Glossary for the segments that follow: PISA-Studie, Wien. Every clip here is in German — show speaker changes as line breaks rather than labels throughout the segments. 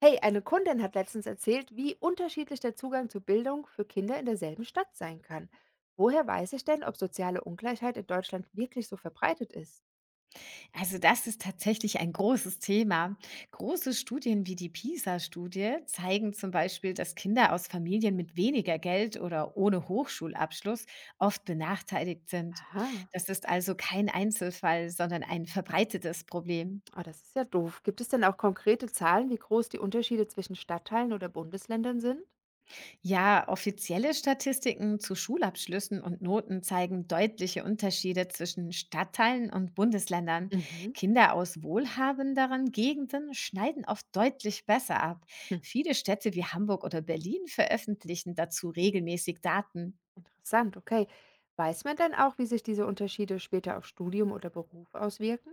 Hey, eine Kundin hat letztens erzählt, wie unterschiedlich der Zugang zu Bildung für Kinder in derselben Stadt sein kann. Woher weiß ich denn, ob soziale Ungleichheit in Deutschland wirklich so verbreitet ist?
Also das ist tatsächlich ein großes Thema. Große Studien wie die PISA-Studie zeigen zum Beispiel, dass Kinder aus Familien mit weniger Geld oder ohne Hochschulabschluss oft benachteiligt sind.
Aha,
Das ist also kein Einzelfall, sondern ein verbreitetes Problem.
ah, das ist ja doof. Gibt es denn auch konkrete Zahlen, wie groß die Unterschiede zwischen Stadtteilen oder Bundesländern sind?
Ja, offizielle Statistiken zu Schulabschlüssen und Noten zeigen deutliche Unterschiede zwischen Stadtteilen und Bundesländern.
Mhm.
Kinder aus wohlhabenderen Gegenden schneiden oft deutlich besser ab.
Hm.
Viele Städte wie Hamburg oder Berlin veröffentlichen dazu regelmäßig Daten.
Interessant, okay. Weiß man denn auch, wie sich diese Unterschiede später auf Studium oder Beruf auswirken?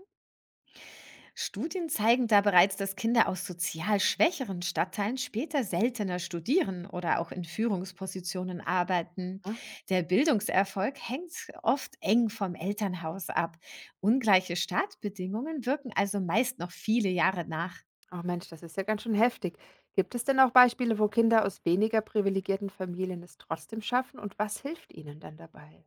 Studien zeigen da bereits, dass Kinder aus sozial schwächeren Stadtteilen später seltener studieren oder auch in Führungspositionen arbeiten. Der Bildungserfolg hängt oft eng vom Elternhaus ab. Ungleiche Startbedingungen wirken also meist noch viele Jahre nach.
Oh Mensch, das ist ja ganz schön heftig. Gibt es denn auch Beispiele, wo Kinder aus weniger privilegierten Familien es trotzdem schaffen und was hilft ihnen dann dabei?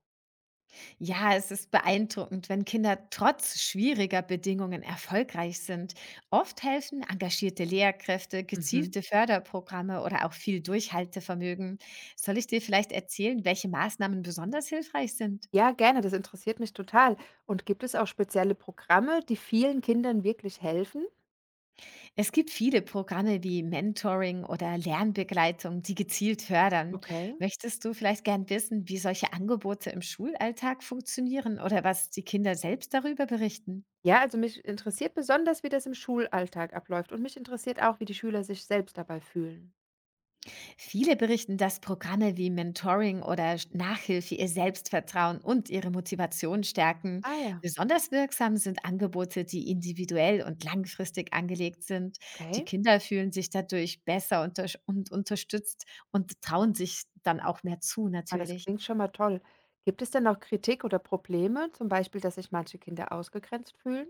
Ja, es ist beeindruckend, wenn Kinder trotz schwieriger Bedingungen erfolgreich sind. Oft helfen engagierte Lehrkräfte,
Mhm.
gezielte Förderprogramme oder auch viel Durchhaltevermögen. Soll ich dir vielleicht erzählen, welche Maßnahmen besonders hilfreich sind?
Ja, gerne, das interessiert mich total. Und gibt es auch spezielle Programme, die vielen Kindern wirklich helfen?
Es gibt viele Programme wie Mentoring oder Lernbegleitung, die gezielt fördern.
Okay.
Möchtest du vielleicht gern wissen, wie solche Angebote im Schulalltag funktionieren oder was die Kinder selbst darüber berichten?
Ja, also mich interessiert besonders, wie das im Schulalltag abläuft und mich interessiert auch, wie die Schüler sich selbst dabei fühlen.
Viele berichten, dass Programme wie Mentoring oder Nachhilfe ihr Selbstvertrauen und ihre Motivation stärken.
Ah ja,
Besonders wirksam sind Angebote, die individuell und langfristig angelegt sind. Die
okay.
Kinder fühlen sich dadurch besser und unterstützt und trauen sich dann auch mehr zu,
Ah, das
natürlich.
klingt schon mal toll. Gibt es denn auch Kritik oder Probleme, zum Beispiel, dass sich manche Kinder ausgegrenzt fühlen?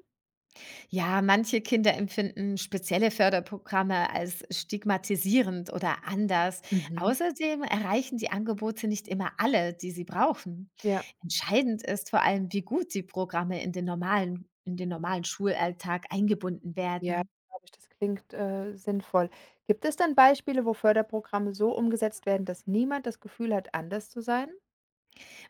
Ja, manche Kinder empfinden spezielle Förderprogramme als stigmatisierend oder anders.
Mhm.
Außerdem erreichen die Angebote nicht immer alle, die sie brauchen.
Ja.
Entscheidend ist vor allem, wie gut die Programme in den normalen Schulalltag eingebunden
Ja,
werden.
glaube ich, das klingt, sinnvoll. Gibt es denn Beispiele, wo Förderprogramme so umgesetzt werden, dass niemand das Gefühl hat, anders zu sein?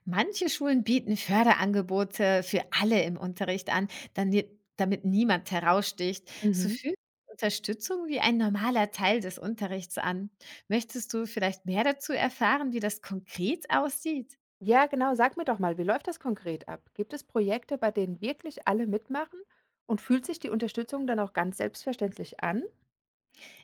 Manche Schulen bieten Förderangebote für alle im Unterricht an, damit niemand heraussticht. So
Mhm.
fühlt sich Unterstützung wie ein normaler Teil des Unterrichts an. Möchtest du vielleicht mehr dazu erfahren, wie das konkret aussieht?
Ja, genau. Sag mir doch mal, wie läuft das konkret ab? Gibt es Projekte, bei denen wirklich alle mitmachen? Und fühlt sich die Unterstützung dann auch ganz selbstverständlich an?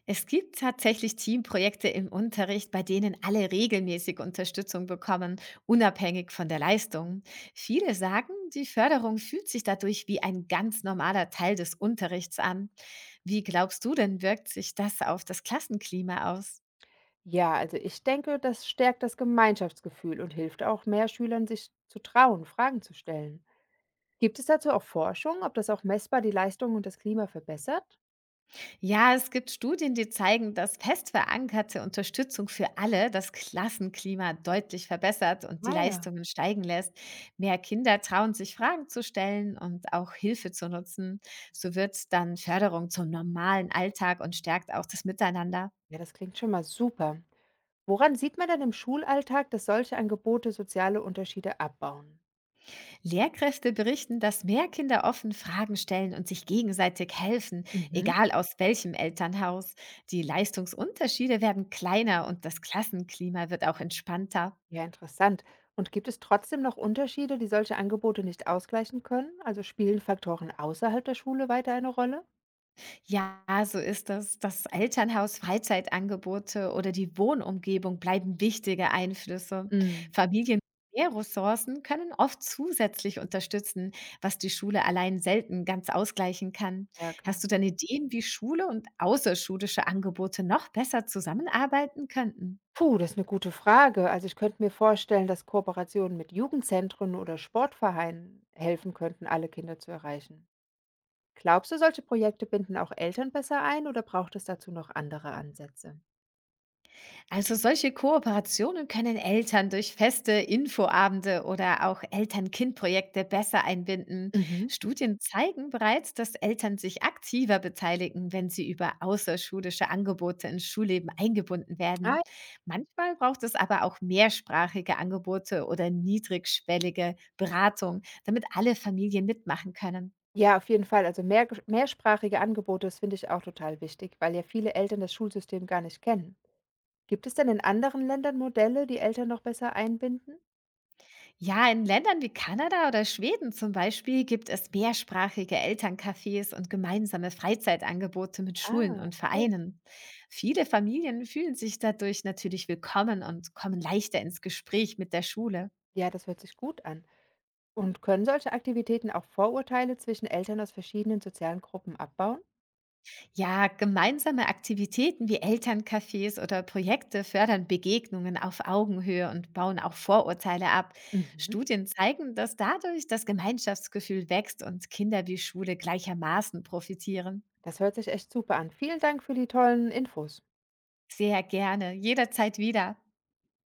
Es gibt tatsächlich Teamprojekte im Unterricht, bei denen alle regelmäßig Unterstützung bekommen, unabhängig von der Leistung. Viele sagen, die Förderung fühlt sich dadurch wie ein ganz normaler Teil des Unterrichts an. Wie glaubst du denn, wirkt sich das auf das Klassenklima aus?
Ja, also ich denke, das stärkt das Gemeinschaftsgefühl und hilft auch mehr Schülern, sich zu trauen, Fragen zu stellen. Gibt es dazu auch Forschung, ob das auch messbar die Leistung und das Klima verbessert?
Ja, es gibt Studien, die zeigen, dass fest verankerte Unterstützung für alle das Klassenklima deutlich verbessert und die
Ah ja.
Leistungen steigen lässt. Mehr Kinder trauen sich Fragen zu stellen und auch Hilfe zu nutzen. So wird dann Förderung zum normalen Alltag und stärkt auch das Miteinander.
Ja, das klingt schon mal super. Woran sieht man denn im Schulalltag, dass solche Angebote soziale Unterschiede abbauen?
Lehrkräfte berichten, dass mehr Kinder offen Fragen stellen und sich gegenseitig helfen,
Mhm.
egal aus welchem Elternhaus. Die Leistungsunterschiede werden kleiner und das Klassenklima wird auch entspannter.
Ja, interessant. Und gibt es trotzdem noch Unterschiede, die solche Angebote nicht ausgleichen können? Also spielen Faktoren außerhalb der Schule weiter eine Rolle?
Ja, so ist das. Das Elternhaus, Freizeitangebote oder die Wohnumgebung bleiben wichtige Einflüsse.
Mm.
Familien mit mehr Ressourcen können oft zusätzlich unterstützen, was die Schule allein selten ganz ausgleichen kann.
Ja,
Hast
klar.
du denn Ideen, wie Schule und außerschulische Angebote noch besser zusammenarbeiten könnten?
Puh, das ist eine gute Frage. Also ich könnte mir vorstellen, dass Kooperationen mit Jugendzentren oder Sportvereinen helfen könnten, alle Kinder zu erreichen. Glaubst du, solche Projekte binden auch Eltern besser ein oder braucht es dazu noch andere Ansätze?
Also solche Kooperationen können Eltern durch feste Infoabende oder auch Eltern-Kind-Projekte besser einbinden.
Mhm.
Studien zeigen bereits, dass Eltern sich aktiver beteiligen, wenn sie über außerschulische Angebote ins Schulleben eingebunden werden.
Ah.
Manchmal braucht es aber auch mehrsprachige Angebote oder niedrigschwellige Beratung, damit alle Familien mitmachen können.
Ja, auf jeden Fall. Also mehrsprachige Angebote, das finde ich auch total wichtig, weil ja viele Eltern das Schulsystem gar nicht kennen. Gibt es denn in anderen Ländern Modelle, die Eltern noch besser einbinden?
Ja, in Ländern wie Kanada oder Schweden zum Beispiel gibt es mehrsprachige Elterncafés und gemeinsame Freizeitangebote mit Schulen
Ah,
und
okay.
Vereinen. Viele Familien fühlen sich dadurch natürlich willkommen und kommen leichter ins Gespräch mit der Schule.
Ja, das hört sich gut an. Und können solche Aktivitäten auch Vorurteile zwischen Eltern aus verschiedenen sozialen Gruppen abbauen?
Ja, gemeinsame Aktivitäten wie Elterncafés oder Projekte fördern Begegnungen auf Augenhöhe und bauen auch Vorurteile ab.
Mhm.
Studien zeigen, dass dadurch das Gemeinschaftsgefühl wächst und Kinder wie Schule gleichermaßen profitieren.
Das hört sich echt super an. Vielen Dank für die tollen Infos.
Sehr gerne, jederzeit wieder.